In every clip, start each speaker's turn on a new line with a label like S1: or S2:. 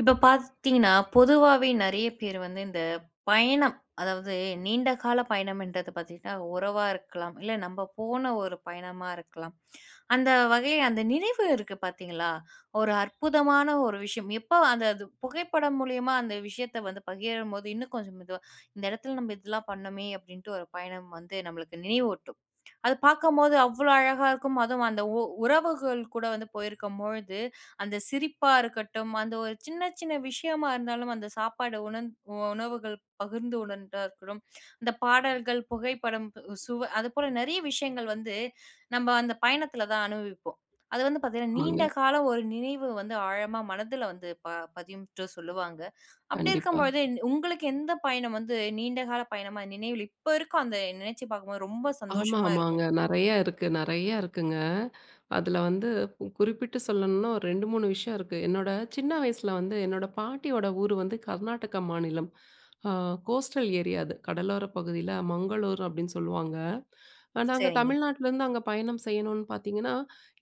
S1: இப்ப பார்த்தீங்கன்னா, பொதுவாவே நெறைய பேர் வந்து இந்த பயணம், அதாவது நீண்ட கால பயணம்ன்றது பார்த்தீங்கன்னா, உறவா இருக்கலாம். இல்ல நம்ம போன ஒரு பயணமா இருக்கலாம். அந்த வகையில அந்த நினைவு இருக்கு பார்த்தீங்களா? ஒரு அற்புதமான ஒரு விஷயம். எப்ப அந்த அது புகைப்படம் மூலியமா அந்த விஷயத்த வந்து பகிரும்போது, இன்னும் கொஞ்சம் மெதுவா, "இந்த இடத்துல நம்ம இதெல்லாம் பண்ணோமே" அப்படின்ட்டு ஒரு பயணம் வந்து நம்மளுக்கு நினைவூட்டும். அது பார்க்கும்போது அவ்வளோ அழகா இருக்கும். அதுவும் அந்த உறவுகள் கூட வந்து போயிருக்கும்பொழுது, அந்த சிரிப்பா இருக்கட்டும், அந்த ஒரு சின்ன சின்ன விஷயமா இருந்தாலும் அந்த சாப்பாடு உணவுகள் பகிர்ந்து உணர்ந்தா இருக்கட்டும், அந்த பாடல்கள், புகைப்படம், பு- சுவ அதுபோல நெறைய விஷயங்கள் வந்து நம்ம அந்த பயணத்தில தான் அனுபவிப்போம். அது வந்து பார்த்தீங்கன்னா,
S2: ஆமாங்க.
S1: நீண்ட காலம் ஒரு நினைவு வந்து ஆழமா மனதில வந்து பதியும்ட்டு சொல்லுவாங்க. அப்படி
S2: கண்டிப்பா.
S1: இருக்கும்பொழுது உங்களுக்கு எந்த பயணம் வந்து நீண்ட கால பயணமா நினைவில் இப்ப இருக்கும் அந்த நினைச்சு பார்க்கும்போது ரொம்ப
S2: ஆமா,
S1: சந்தோஷமா
S2: ஆமாங்க.
S1: இருக்கும்?
S2: நெறைய இருக்கு, நெறைய இருக்குங்க. அதுல வந்து குறிப்பிட்டு சொல்லணும்னா ஒரு 2, 3 விஷயம் இருக்கு. என்னோட சின்ன வயசுல வந்து என்னோட பாட்டியோட ஊர் வந்து கர்நாடக மாநிலம். ஆ கோஸ்டல் ஏரியா அது. கடலோர பகுதியில மங்களூர் அப்படின்னு சொல்லுவாங்க. நாங்க
S1: சரிங்க.
S2: தமிழ்நாட்டிலேருந்து அங்க பயணம் செய்யணும்னு பார்த்தீங்கன்னா,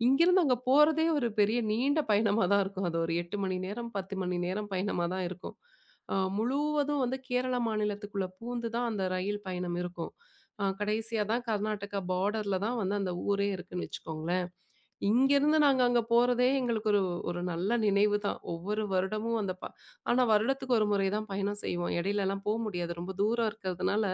S2: இங்கிருந்து அங்க போறதே ஒரு பெரிய நீண்ட பயணமா தான் இருக்கும். அது ஒரு 8 மணி நேரம், 10 மணி நேரம் பயணமா தான் இருக்கும். முழுவதும் வந்து கேரள மாநிலத்துக்குள்ள பூந்து தான் அந்த ரயில் பயணம் இருக்கும். கடைசியா தான் கர்நாடகா பார்டர்ல தான் வந்து அந்த ஊரே இருக்குன்னு வச்சுக்கோங்களேன். இங்கேருந்து நாங்க அங்க போறதே எங்களுக்கு ஒரு ஒரு நல்ல நினைவு தான். ஒவ்வொரு வருடமும் அந்த ப ஆனா வருடத்துக்கு ஒரு முறை தான் பயணம் செய்வோம். இடையிலலாம் போ முடியாது. ரொம்ப தூரம் இருக்கிறதுனால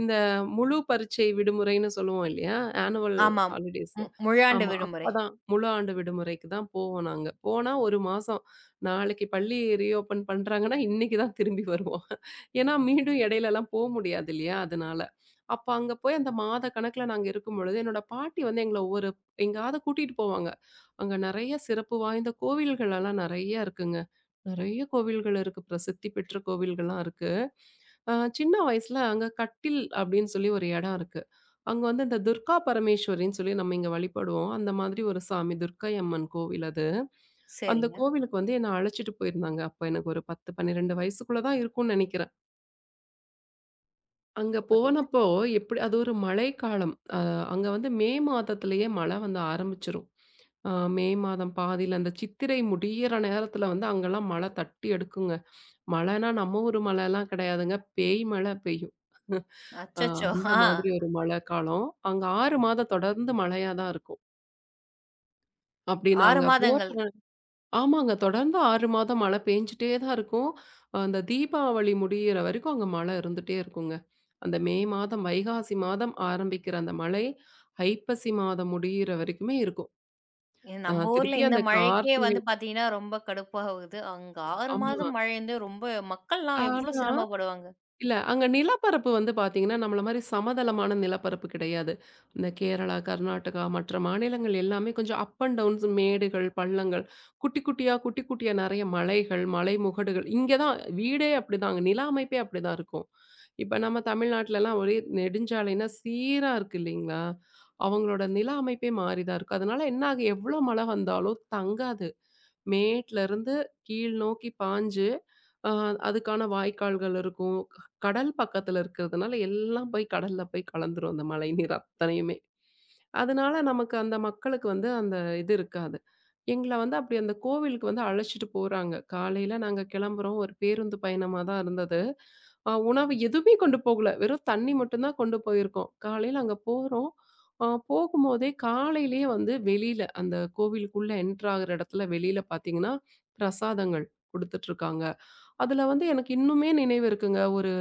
S2: இந்த முழு பரீட்சை விடுமுறைன்னு சொல்லுவோம் இல்லையா? ஆனுவல்
S1: ஆமாம்.
S2: ஹாலிடேஸ்.
S1: முழாண்டு
S2: ஆமா.
S1: விடுமுறை.
S2: அப்பதான் முழு ஆண்டு விடுமுறைக்கு தான் போவோம் நாங்க. போனா 1 மாசம். நாளைக்கு பள்ளி ரீஓப்பன் பண்றாங்கன்னா, இன்னைக்கு தான் திரும்பி வருவோம். ஏன்னா, மீண்டும் இடையிலலாம் போ முடியாது இல்லையா? அதனால. அப்ப அங்க போய் அந்த மாத கணக்குல நாங்க இருக்கும்பொழுது, என்னோட பாட்டி வந்து எங்கள எங்கேயாவது கூட்டிட்டு போவாங்க. அங்க நெறைய சிறப்பு வாய்ந்த கோவில்கள் எல்லாம் நெறைய இருக்குங்க. நெறைய கோவில்கள் இருக்கு. பிரசித்தி பெற்ற கோவில்கள்லாம் இருக்கு. சின்ன வயசுல அங்க கட்டில் அப்படின்னு சொல்லி ஒரு இடம் இருக்கு. அங்க வந்து இந்த துர்கா பரமேஸ்வரின்னு சொல்லி நம்ம இங்க வழிபடுவோம். அந்த மாதிரி ஒரு சாமி துர்க்கை அம்மன் கோவில் அது. அந்த
S1: சரிங்க.
S2: கோவிலுக்கு வந்து என்ன அழைச்சிட்டு போயிருந்தாங்க. அப்ப எனக்கு ஒரு 10, 12 வயசுக்குள்ள தான் இருக்கும்னு நெனைக்கிறேன். அங்க
S1: புரியுது.
S2: போனப்போ எப்படி அது ஒரு மழைக்காலம். அங்க வந்து மே மாதத்திலேயே மழை வந்து ஆரம்பிச்சுரும். அ மே மாதம் பாதியில அந்த சித்திரை முடியிற நேரத்துல வந்து அங்கலாம் மழை தட்டி எடுக்குங்க. மழைன்னா நம்ம ஊரு மழைலாம் கிடையாதுங்க. பேய் மழை பெய்யும். அ
S1: அச்சச்சோ!
S2: அந்த
S1: ஆ.
S2: மாதிரி ஒரு மழைக்காலம். அங்க 6 மாதம் தொடர்ந்து மழையா தான் இருக்கும். அப்படி
S1: 6
S2: நாங்க போற
S1: மாதங்கள்.
S2: ஆமாங்க. தொடர்ந்து 6 மாதம் மழை பெஞ்சுட்டே தான் இருக்கும். அந்த தீபாவளி முடியிற வரைக்கும் அங்க மழை இருந்துட்டே இருக்குங்க. அந்த மே மாதம், வைகாசி மாதம் ஆரம்பிக்கிற அந்த மழை, ஐப்பசி மாதம் முடியிற வரைக்குமே இருக்கும்.
S1: ஏ
S2: அ
S1: நம்ம ஊர்ல
S2: திருப்பி
S1: இந்த
S2: அந்த
S1: மழைக்கே
S2: கார்த்திகை
S1: வந்து பார்த்தீங்கன்னா, ரொம்ப கடுப்பாகுது. அங்க 6
S2: ஆமா.
S1: மாதம் மழைந்து ரொம்ப மக்கள்லாம் எவ்ளோ
S2: ஆனா
S1: சிரமப்படுவாங்க.
S2: இல்ல, அங்க நிலப்பரப்பு வந்து பார்த்தீங்கன்னா, நம்மள மாரி சமதளமான நிலப்பரப்பு கிடையாது. இந்த கேரளா, கர்நாடகா மற்ற மாநிலங்கள் எல்லாமே கொஞ்சம் அண்ட் டவுன்ஸ் மேடுகள், பள்ளங்கள், குட்டி குட்டியா, குட்டி குட்டியா நெறைய மலைகள், மலை முகடுகள். இங்க தான் வீடே அப்படிதான். அங்க நில அமைப்பே அப்படிதான் இருக்கும். இப்ப நம்ம தமிழ்நாட்டுலலாம் ஒரே நெடுஞ்சாலைன்னா சீரா இருக்கு இல்லைங்களா? அவங்களோட நில அமைப்பே மாறி தான் இருக்கும். அதனால என்ன ஆகும், எவ்வளோ மழை வந்தாலும் தங்காது. மேட்லருந்து கீழ் நோக்கி பாய்ஞ்சு, அ அதுக்கான வாய்க்கால்கள் இருக்கும். கடல் பக்கத்துல இருக்கிறதுனால எல்லாம் போய் கடல்ல போய் கலந்துரும் அந்த மழை நீர் அத்தனையுமே. அதனால நமக்கு அந்த மக்களுக்கு வந்து அந்த இது இருக்காது. எங்கள வந்து அப்படி அந்த கோவிலுக்கு வந்து அழைச்சிட்டு போறாங்க. காலையில நாங்க கிளம்புறோம். ஒரு பேருந்து பயணமா தான் இருந்தது. உணவு எதுவுமே கொண்டு போகல. வெறும் தண்ணி மட்டும் தான் கொண்டு போயிருக்கோம். காலையில அங்க போறோம். போகும்போதே காலையிலேயே வந்து வெளியில அந்த கோவிலுக்குள்ள என்டர் ஆகுற இடத்துல வெளியில பார்த்தீங்கன்னா, பிரசாதங்கள் குடுத்துட்டு இருக்காங்க. அதுல வந்து எனக்கு இன்னுமே நினைவு இருக்குங்க. ஒரு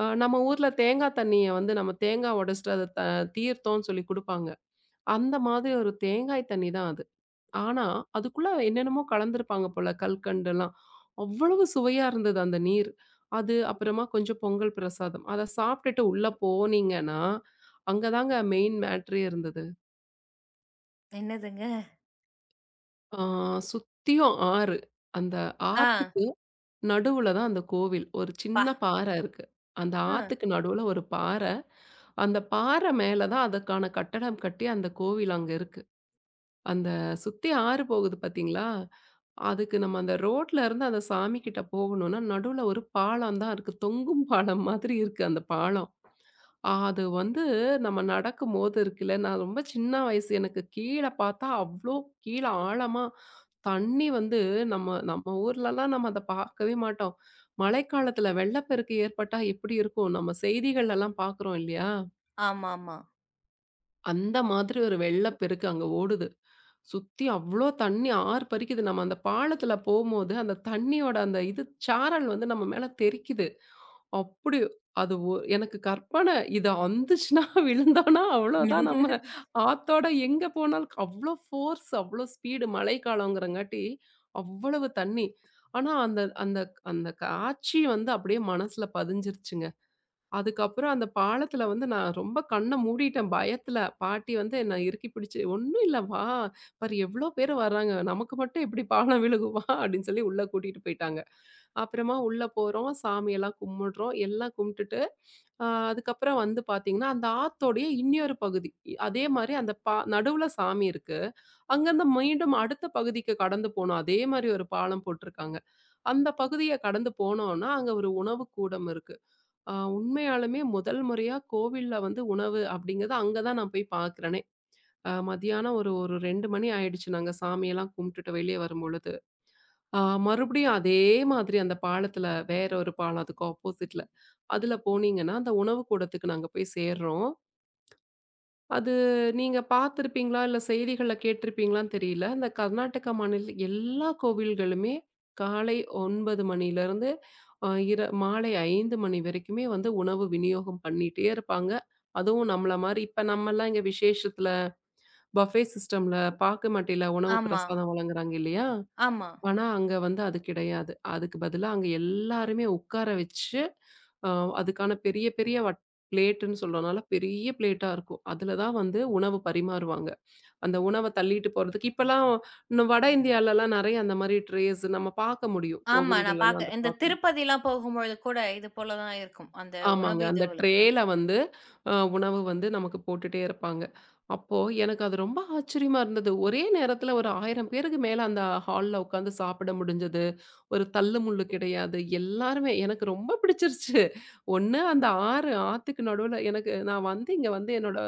S2: நம்ம ஊர்ல தேங்காய் தண்ணிய வந்து நம்ம தேங்காய் உடைச்சுட்டு அத தீர்த்தம்ன்னு சொல்லி குடுப்பாங்க. அந்த மாதிரி ஒரு தேங்காய் தண்ணி தான் அது. ஆனா, அதுக்குள்ள என்னென்னமோ கலந்திருப்பாங்க போல கல்கண்டெல்லாம். அவ்வளவு சுவையா இருந்தது அந்த நீர். அது அப்புறமா கொஞ்சம் பொங்கல் பிரசாதம். அத சாப்பிட்டுட்டு உள்ள போனீங்கன்னா, அங்க தாங்க மெயின் மேட்ரே இருந்தது.
S1: என்னதுங்க?
S2: ஆ சுத்தியும் ஆறு. அந்த
S1: ஆ.
S2: ஆத்துக்கு நடுவுல தான் அந்த கோவில். ஒரு
S1: பா
S2: சின்ன பாறை இருக்கு. அந்த
S1: ஆ.
S2: ஆத்துக்கு நடுவுல ஒரு பாறை. அந்த பாறை மேல தான் அதுக்கான கட்டடம் கட்டி அந்த கோவில் அங்க இருக்கு. அந்த சுத்தி ஆறு போகுது பார்த்தீங்களா? அதுக்கு நம்ம அந்த ரோட்ல இருந்து அந்த சாமி கிட்ட போகணும்னா, நடுவுல ஒரு பாலம் தான் இருக்கு. தொங்கும் பாலம் மாதிரி இருக்கு அந்த பாலம். அது வந்து நம்ம நடக்கும்போது இருக்குல்ல, நான் ரொம்ப சின்ன வயசு எனக்கு கீழ பார்த்தா அவ்ளோ கீழ ஆழமா தண்ணி வந்து நம்ம நம்ம ஊர்லலாம் நம்ம அத பார்க்கவே மாட்டோம். மழைக்காலத்துல வெள்ளப்பெருக்கு ஏற்பட்டா எப்படி இருக்கும்? நம்ம செய்திகள்லலாம் பார்க்குறோம் இல்லையா?
S1: ஆமாமா.
S2: அந்த மாதிரி ஒரு வெள்ளப்பெருக்கு அங்க ஓடுது. சுத்தி அவ்ளோ தண்ணி ஆர்ப்பரிக்குது. நம்ம அந்த பாலத்துல போம்போது அந்த தண்ணியோட அந்த இது சாரல் வந்து நம்ம மேல தெறிக்குது. அப்படி அது எனக்கு கற்பனை. இது அந்துச்சுன்னா, விழுந்தோம்னா அவ்வளோதான் நம்ம ஆத்தோட எங்க போனாலும் அவ்வளோ ஃபோர்ஸ், அவ்வளோ ஸ்பீடு மழைக்காலங்கிறங்காட்டி அவ்வளவு தண்ணி. ஆனா, அந்த அந்த அந்த காட்சி வந்து அப்படியே மனசுல பதிஞ்சிருச்சுங்க. அதுக்கப்புறம் அந்த பாலத்துல வந்து நான் ரொம்ப கண்ண மூடிட்டேன் பயத்துல. பாட்டி வந்து என்ன இறுக்கி பிடிச்சு, "ஒண்ணும் இல்ல வா, பாரு எவ்வளோ பேர் வர்றாங்க. நமக்கு மட்டும் எப்படி பாலம் விழுகும் வா" அப்படின்னு சொல்லி உள்ள கூட்டிட்டு போயிட்டாங்க. அப்புறமா உள்ள போறோம். சாமியெல்லாம் கும்பிடுறோம். எல்லாம் கும்பிட்டுட்டு, அ அதுக்கப்புறம் வந்து பார்த்தீங்கன்னா, அந்த ஆத்தோடைய இன்னொரு பகுதி. அதே மாரி அந்த நடுவுல சாமி இருக்கு. அங்கருந்து மீண்டும் அடுத்த பகுதிக்கு கடந்து போணும். அதே மாரி ஒரு பாலம் போட்டிருக்காங்க. அந்த பகுதிய கடந்து போனோம்னா, அங்க ஒரு உணவு கூடம் இருக்கு. உண்மையாலுமே முதல் முறையா கோவில்ல வந்து உணவு அப்படிங்கிறது அங்க தான் நான் போய் பார்க்கிறேனே. மதியானம் ஒரு ஒரு 2 மணி ஆயிடுச்சு நாங்க சாமியெல்லாம் கும்பிட்டுட்டு வெளிய வரும்பொழுது. ஆ மறுபடியும் அதே மாதிரி அந்த பாலத்துல வேற ஒரு பாலம் அதுக்கு ஆப்போசிட்ல. அதுல போனீங்கன்னா, அந்த உணவு கூடத்துக்கு நாங்க போய் சேர்றோம். அது நீங்க பார்த்திருப்பீங்களா? இல்ல செய்திகள்ல கேட்டிருப்பீங்களான்னு தெரியல. இந்த கர்நாடகா மாநில எல்லா கோவில்களுமே காலை 9 மணிலருந்து அ இர மாலை 5 மணி வரைக்குமே வந்து உணவு விநியோகம் பண்ணிட்டே இருப்பாங்க. அதுவும் நம்மள மாரி இப்ப நம்மலாம் இங்க விசேஷத்துல பஃபே சிஸ்டம்ல பாக்கு மட்டையில உணவு
S1: ஆமா,
S2: பிரசாதம் வழங்குறாங்க இல்லையா?
S1: ஆமா,
S2: ஆனா, அங்க வந்து அது கிடையாது. அதுக்கு பதிலா அங்க எல்லாருமே உட்கார வச்சு, அ அதுக்கான பெரிய பெரிய பிளேட்டுன்னு சொல்றனால பெரிய பிளேட்டா இருக்கும். அதுல தான் வந்து உணவு பரிமாறுவாங்க. அந்த உணவ தள்ளிட்டு போறதுக்கு இப்பலாம் இன்னும் வட இந்தியாலலாம் நெறைய அந்த மாரி ட்ரேஸ் நம்ம பார்க்க முடியும்.
S1: ஆமா. நான்
S2: கோவில்கள்லலாம்
S1: பார்க்குறேன்.
S2: அத
S1: இந்த
S2: பார்க்க
S1: திருப்பதிலாம் போகும்பொழுது கூட இது போல தான் இருக்கும். அந்த
S2: ஆமாங்க.
S1: உணவு
S2: அந்த
S1: இதுவுல.
S2: ட்ரேல வந்து உணவு வந்து நமக்கு போட்டுட்டே இருப்பாங்க. அப்போ எனக்கு அது ரொம்ப ஆச்சரியமா இருந்தது. ஒரே நேரத்துல ஒரு 1000 பேருக்கு மேல அந்த ஹால்ல உட்காந்து சாப்பிட முடிஞ்சது. ஒரு தள்ளு முள்ளு கிடையாது. எல்லாருமே எனக்கு ரொம்ப பிடிச்சிருச்சு. ஒண்ணு அந்த ஆறு ஆத்துக்கு நடுவுல எனக்கு நான் வந்து இங்க வந்து என்னோட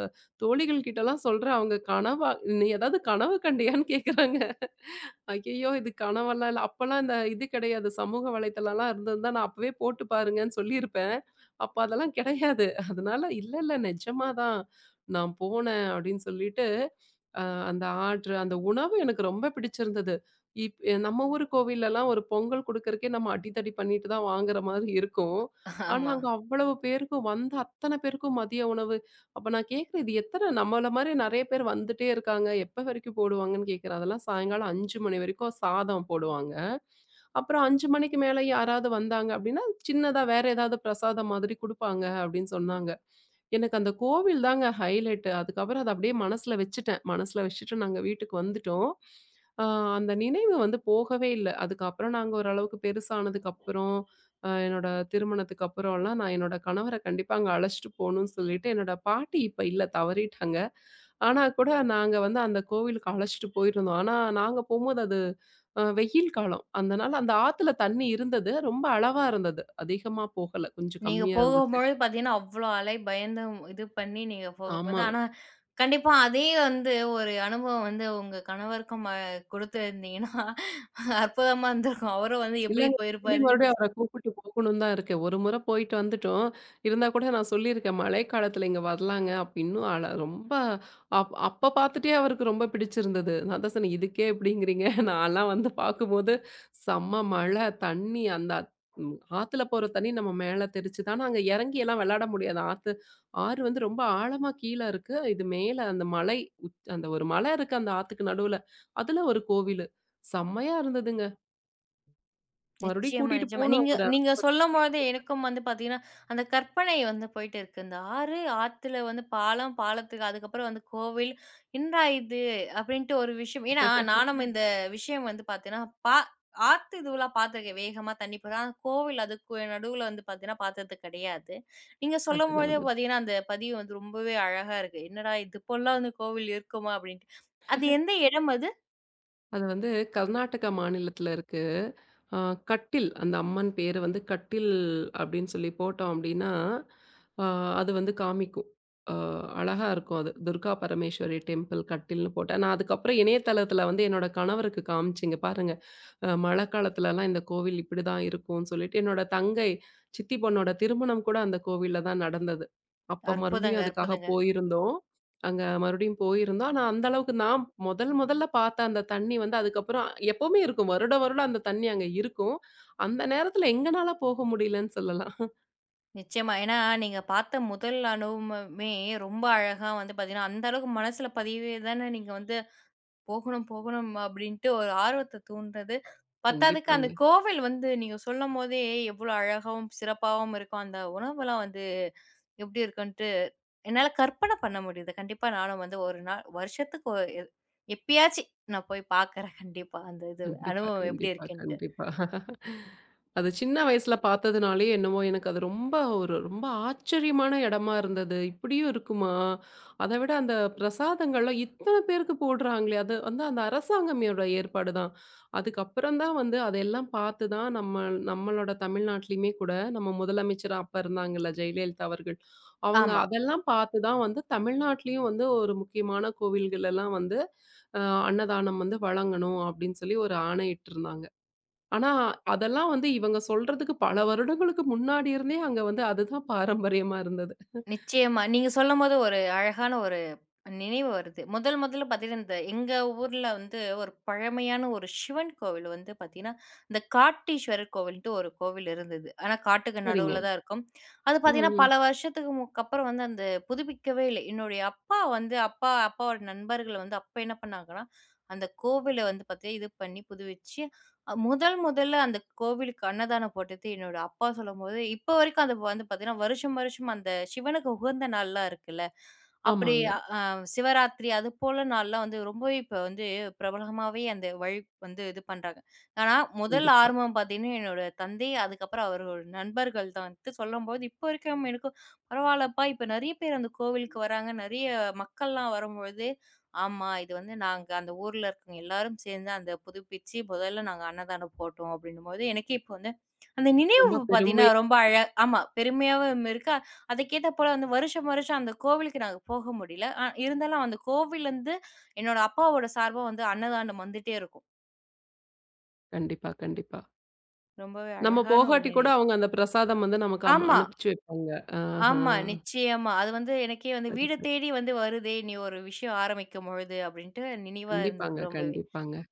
S2: தோழிகள் கிட்டலாம் சொல்றேன். அவங்க கனவா "நீ ஏதாவது கனவு கண்டியான்னு?" கேட்குறாங்க. ஐயய்யோ! இது கனவெல்லாம் இல்ல. அப்பலாம் இந்த இது கிடையாது. சமூக வலைத்தளம்லாம் இருந்திருந்தா நான் அப்பவே போட்டு பாருங்கன்னு சொல்லியிருப்பேன். அப்ப அதெல்லாம் கிடையாது. அதனால இல்ல, இல்ல நிஜமா தான். நான் போனேன் அப்படின்னு சொல்லிட்டு அ அந்த ஆர்டரு, அந்த உணவு எனக்கு ரொம்ப பிடிச்சிருந்தது. நம்ம ஊர் கோவில்லலாம் ஒரு பொங்கல் குடுக்கறக்கே நம்ம அடிதடி பண்ணிட்டு தான் வாங்குற மாதிரி இருக்கும். ஆனா,
S1: ஆமா.
S2: அங்க அவ்வளவு பேருக்கும் வந்த அத்தன பேருக்கும் மதிய உணவு. அப்ப நான் கேட்கிறேன், இது எத்தன நம்மள மாரி நெறைய பேர் வந்துட்டே இருக்காங்க. எப்ப வரைக்கும் போடுவாங்கன்னு கேட்கிறேன். அதெல்லாம் சாயங்காலம் 5 மணி வரைக்கும் சாதம் போடுவாங்க. அப்புறம் 5 மணிக்கு மேல யாராவது வந்தாங்க அப்படின்னா, சின்னதா வேற ஏதாவது பிரசாதம் மாதிரி குடுப்பாங்க அப்படின்னு சொன்னாங்க. எனக்கு அந்த கோவில் தாங்க ஹைலைட்டு. அதுக்கப்புறம் அத அப்படியே மனசுல வச்சுட்டேன். மனசுல வச்சுட்டு நாங்க வீட்டுக்கு வந்துட்டோம். அ அந்த நினைவு வந்து போகவே இல்ல. அதுக்கப்புறம் நாங்க ஓரளவுக்கு பெருசானதுக்கப்புறம், என்னோட திருமணத்துக்கு அப்புறம்லாம் நான் என்னோட கணவர கண்டிப்பா அங்க அழைச்சுட்டு போணும்னு சொல்லிட்டு, என்னோட பாட்டி இப்ப இல்ல தவறிட்டாங்க. ஆனா கூட நாங்க வந்து அந்த கோவிலுக்கு அழைச்சிட்டு போயிருந்தோம். ஆனா நாங்க போம்போது அது வெயில் காலம். அதனால அந்த ஆத்துல தண்ணி இருந்தது. ரொம்ப அளவா இருந்தது. அதிகமா போகல. கொஞ்சம்
S1: நீங்க
S2: கம்மியா இருந்துச்சு.
S1: போகும்பொழுது பார்த்தீங்கன்னா, அவ்ளோ அலை பயந்து இது பண்ணி நீங்க போகும்போது
S2: ஆமா.
S1: ஆனா, கண்டிப்பா அதே வந்து ஒரு அனுபவம் வந்து உங்க கணவருக்கும் குடுத்திருந்தீங்கன்னா, அற்புதமா இருந்திருக்கும். அவரும் வந்து எப்படி
S2: இல்லங்க. மறுபடியும்
S1: போயிருப்பாரு?
S2: மறுபடியும் அவர கூப்பிட்டு போகணும்னு தான் இருக்கு. ஒரு முறை போயிட்டு வந்துட்டோம். இருந்தா கூட நான் சொல்லியிருக்கேன், மழைக்காலத்தில இங்க வரலாங்க அப்படின்னு ரொம்ப அப்ப பார்த்துட்டே அவருக்கு ரொம்ப பிடிச்சிருந்தது. நான் அதான் சொன்னேன், "இதுக்கே இப்படிங்கிறீங்க. நான்லாம் வந்து பார்க்கும்போது செம்ம மழை, தண்ணி அந்த அத்- ம் ஆத்துல போற தண்ணி நம்ம மேல தெரிச்சுது." ஆனா அங்க இறங்கி எல்லாம் விளையாட முடியாது. ஆறு வந்து ரொம்ப ஆழமா கீழ இருக்கு. இது மேல அந்த ஒரு மலை இருக்கு அந்த ஆத்துக்கு நடுவுல. அதுல ஒரு கோவிலு. செம்மையா இருந்ததுங்க. மறுபடியும்
S1: நிச்சயமா,
S2: கூட்டிட்டு
S1: நிச்சயமா.
S2: போணும்
S1: நீங்க
S2: அவர.
S1: நீங்க சொல்லும்பொழுது எனக்கும் வந்து பார்த்தீங்கன்னா, அந்த கற்பனை வந்து போயிட்டு இருக்கு. இந்த ஆறு, ஆத்துல வந்து பாலம், பாலத்துக்கு அதுக்கப்புறம் வந்து கோவில். "என்னடா இது?" அப்படின்ட்டு ஒரு விஷயம். ஏன்னா, நானும் இந்த விஷயம் வந்து பார்த்தீங்கன்னா, பா ஆத்து இதுவெல்லாம் பார்த்துருக்கேன். வேகமா தண்ணி போற. ஆனா, கோவில் அதுக்கு நடுவுல வந்து பார்த்தீங்கன்னா, பார்த்தது கிடையாது. நீங்க
S2: அதுதான்,
S1: சொல்லும்பொழுதே
S2: அதுதான்.
S1: பார்த்தீங்கன்னா, அந்த பதிவு வந்து ரொம்பவே அழகா இருக்கு. "என்னடா இது போலலாம் வந்து கோவில் இருக்குமா?" அப்படின்ட்டு. அது எந்த இடம் அது?
S2: அது வந்து கர்நாடகா மாநிலத்தில இருக்கு. அ கட்டில் அந்த அம்மன் பேரு வந்து கட்டில் அப்படின்னு சொல்லி போட்டோம் அப்படின்னா, அ அது வந்து காமிக்கும். அ அழகா இருக்கும் அது. துர்கா பரமேஸ்வரி டெம்பிள் கட்டில்னு போட்டா, நான் அதுக்கப்புறம் இணையதளத்தில வந்து என்னோட கணவருக்கு காமிச்சேங்க. பாருங்க, மழை காலத்துலலாம் இந்த கோவில் இப்படிதான் இருக்கும்னு சொல்லிட்டு, என்னோட தங்கை சித்தி பொண்ணோட திருமணம் கூட அந்த கோவில்ல தான் நடந்தது. அப்ப
S1: அற்புதங்க,
S2: மறுபடியும் அதுக்காக
S1: அற்புதங்க.
S2: போயிருந்தோம். அங்க மறுபடியும் போயிருந்தோம். ஆனா அந்த அளவுக்கு நான் முதல் முதல்ல பார்த்த அந்த தண்ணி வந்து அதுக்கப்புறம் எப்பவுமே இருக்கும். வருட வருடம் அந்த தண்ணி அங்க இருக்கும். அந்த நேரத்துல எங்கனால போக முடியலன்னு சொல்லலாம்.
S1: நிச்சயமா. ஏன்னா, நீங்க பார்த்த முதல் அனுபவமே ரொம்ப அழகா வந்து பார்த்தீங்கன்னா, அந்த அளவுக்கு மனசுல பதியவே தானே நீங்க வந்து போகணும், போகணும் அப்படின்ட்டு ஒரு ஆர்வத்த தூண்டுறது. பத்தாததுக்கு அந்த
S2: கண்டிப்பாங்க.
S1: கோவில் வந்து நீங்க சொல்லும்போதே எவ்வளோ அழகாவும், சிறப்பாவும் இருக்கும். அந்த உணவுலாம் வந்து எப்படி இருக்குன்ட்டு என்னால கற்பனை பண்ண முடியுது. கண்டிப்பா நானும் வந்து ஒரு நாள் வருஷத்துக்கு ஒ எ எப்பயாச்சு நான் போய் பார்க்குறேன் கண்டிப்பா. அந்த இது
S2: கண்டிப்பா,
S1: அனுபவம் எப்படி
S2: கண்டிப்பா,
S1: இருக்குன்ட்டு.
S2: கண்டிப்பா. அது சின்ன வயசுல பார்த்ததுனாலயே என்னவோ எனக்கு அது ஒரு ரொம்ப ஆச்சரியமான இடமா இருந்தது. இப்படியும் இருக்குமா? அத விட அந்த பிரசாதங்கள்லாம் இத்தன பேருக்கு போடுறாங்களே! அது வந்து அந்த அரசாங்கமோட ஏற்பாடு தான். அதுக்கப்புறம் தான் வந்து அதெல்லாம் பார்த்து தான் நம்ம நம்மளோட தமிழ்நாட்டிலயுமே கூட நம்ம முதலமைச்சரா அப்ப இருந்தாங்கல்ல ஜெயலலிதா அவர்கள். அவங்க
S1: ஆமா.
S2: அதெல்லாம் பார்த்து தான் வந்து தமிழ்நாட்டிலயும் வந்து ஒரு முக்கியமான கோவில்கள் எல்லாம் வந்து அ அன்னதானம் வந்து வழங்கணும் அப்படின்னு சொல்லி ஒரு ஆணையிட்டிருந்தாங்க. ஆனா, அதெல்லாம் வந்து இவங்க சொல்றதுக்கு பல வருடங்களுக்கு முன்னாடி இருந்தே அங்க வந்து அதுதான் பாரம்பரியமா இருந்தது.
S1: நிச்சயமா. நீங்க சொல்லும்போது ஒரு அழகான ஒரு நினைவு வருது. முதல் முதல்ல பார்த்தீங்கன்னா, இந்த எங்க ஊர்ல வந்து ஒரு பழமையான ஒரு சிவன் கோவில் வந்து பார்த்தீங்கன்னா, இந்த காட்டீஸ்வரர் கோவில்ன்ட்டு ஒரு கோவில் இருந்தது. ஆனா, காட்டுக்கு
S2: சரிங்க.
S1: நடுவுல தான் இருக்கும். அது
S2: ம்,
S1: பார்த்தீங்கன்னா,
S2: ம்.
S1: பல வருஷத்துக்கு அப்புறம் வந்து அந்த புதுப்பிக்கவே இல்ல. என்னுடைய அப்பா வந்து அப்பாவோட நண்பர்கள் வந்து அப்ப என்ன பண்ணாங்கன்னா, அந்த கோவில வந்து பார்த்தீங்கன்னா, இது பண்ணி புதுவிச்சு, முதல் முதல்ல அந்த கோவிலுக்கு அன்னதானம் போட்டது என்னோட அப்பா சொல்லும்போது, இப்ப வரைக்கும் அது வந்து பார்த்தீங்கன்னா, வருஷம் வருஷம் அந்த சிவனுக்கு உகந்த நாள்லாம் இருக்குல்ல, அப்படி
S2: ஆமாங்க.
S1: அ சிவராத்திரி அது போல நாள்லாம் வந்து ரொம்பவே இப்ப வந்து பிரபலமாவே அந்த வழி வந்து இது பண்றாங்க. ஆனா, முதல்
S2: கண்டிப்பா.
S1: ஆர்வம் பார்த்தீங்கன்னா, என்னோட தந்தை, அதுக்கப்புறம் அவரோட நண்பர்கள் தான் வந்து சொல்லும்போது, இப்போ வரைக்கும் எனக்கும் பரவாயில்லப்பா, இப்ப நெறைய பேர் அந்த கோவிலுக்கு வராங்க. நெறைய மக்கள்லாம் வரும்பொழுது, ஆமா இது வந்து நாங்க அந்த ஊர்ல இருக்கவங்க எல்லாரும் சேர்ந்து அந்த புதுப்பிச்சு முதல்ல நாங்க அன்னதானம் போட்டோம். அப்படின்னும்போது, எனக்கே இப்போ வந்து அந்த நினைவு
S2: ரொம்ப
S1: பார்த்தீங்கன்னா,
S2: பெருமையா.
S1: ரொம்ப அழ ஆமா பெருமையாவும் இருக்கு. அதுக்கேத்த போல வந்து வருஷம் வருஷம் அந்த கோவிலுக்கு நாங்க போக முடியல. ஆ இருந்தாலும் அந்த கோவில்லருந்து என்னோட அப்பாவோட சார்பா வந்து அன்னதானம் வந்துட்டே இருக்கும்.
S2: கண்டிப்பா, கண்டிப்பா.
S1: ரொம்பவே
S2: நம்ம
S1: அழகான ஒரு
S2: போகாட்டி கூட
S1: நினைவு.
S2: அவங்க அந்த பிரசாதம் வந்து நமக்கு
S1: ஆமா,
S2: அனுப்பிச்சு வைப்பாங்க. ஆஹா.
S1: ஆமா. நிச்சயமா. அது வந்து எனக்கே வந்து
S2: சரி,
S1: வீடு
S2: சரி.
S1: தேடி வந்து வருதே! நீ ஒரு விஷயம் ஆரம்பிக்கும்பொழுது அப்பிடின்ட்டு நினைவா இருந்தது
S2: கண்டிப்பாங்க,
S1: ரொம்பவே.
S2: கண்டிப்பாங்க.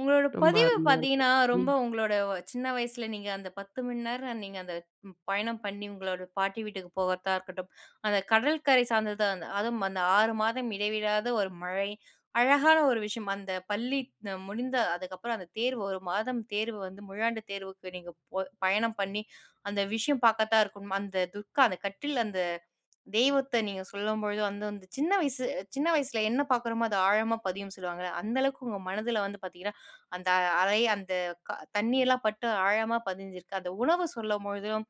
S1: உங்களோட
S2: ரொம்ப
S1: பதிவு
S2: அருமையா இருக்கும்.
S1: பார்த்தீங்கன்னா, ரொம்ப
S2: ம்.
S1: உங்களோட சின்ன வயசுல நீங்க அந்த 10 மணி நேரம் நீங்க அந்த ம் பயணம் பண்ணி உங்களோட பாட்டி வீட்டுக்கு போகறதா இருக்கட்டும், அந்த கடற்கரை சார்ந்தது அந்த அதுவும் அந்த 6 மாதம் இடைவிடாத ஒரு மழை, அழகான ஒரு விஷயம். அந்த பள்ளி முடிந்த அதுக்கப்புறம் அந்த தேர்வு 1 மாதம் தேர்வு வந்து முழுஆண்டு தேர்வுக்கு நீங்க போ பயணம் பண்ணி, அந்த விஷயம் பார்க்கத்தான் இருக்கணும். அந்த துர்கா அந்த கட்டில் அந்த தெய்வத்த நீங்க சொல்லும்பொழுது வந்து அந்த சின்ன வயசு சின்ன வயசுல என்ன பார்க்குறோமோ அது ஆழமா பதியும்ன்னு சொல்லுவாங்கல்ல. அந்த அளவுக்கு உங்க மனதுல வந்து பார்த்தீங்கன்னா, அந்த அலை அந்த க தண்ணியெல்லாம் பட்டு ஆழமா பதிஞ்சிருக்கு. அந்த உணவு சொல்லும்பொழுதும்,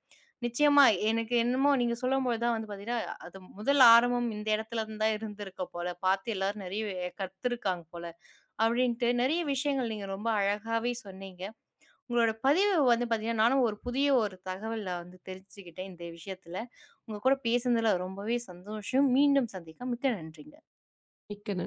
S1: நிச்சயமா எனக்கு என்னமோ நீங்க சொல்லும்பொழுது தான் வந்து பார்த்தீங்கன்னா, அது முதல் ஆரம்பம் இந்த இடத்துல இருந்து தான் இருந்திருக்க போல. பார்த்து எல்லாரும் நெறைய கத்துருக்காங்க போல. அப்படின்ட்டு நெறைய விஷயங்கள் நீங்க ரொம்ப அழகாவே சொன்னீங்க. உங்களோட பதிவு வந்து பார்த்தீங்கன்னா, நானும் ஒரு புதிய ஒரு தகவல வந்து தெரிஞ்சுக்கிட்டேன் இந்த விஷயத்துல. உங்க கூட பேசுனதுல ரொம்பவே சந்தோஷம். மீண்டும் சந்திக்கலாம். மிக்க நன்றிங்க.
S2: மிக்க நன்றி.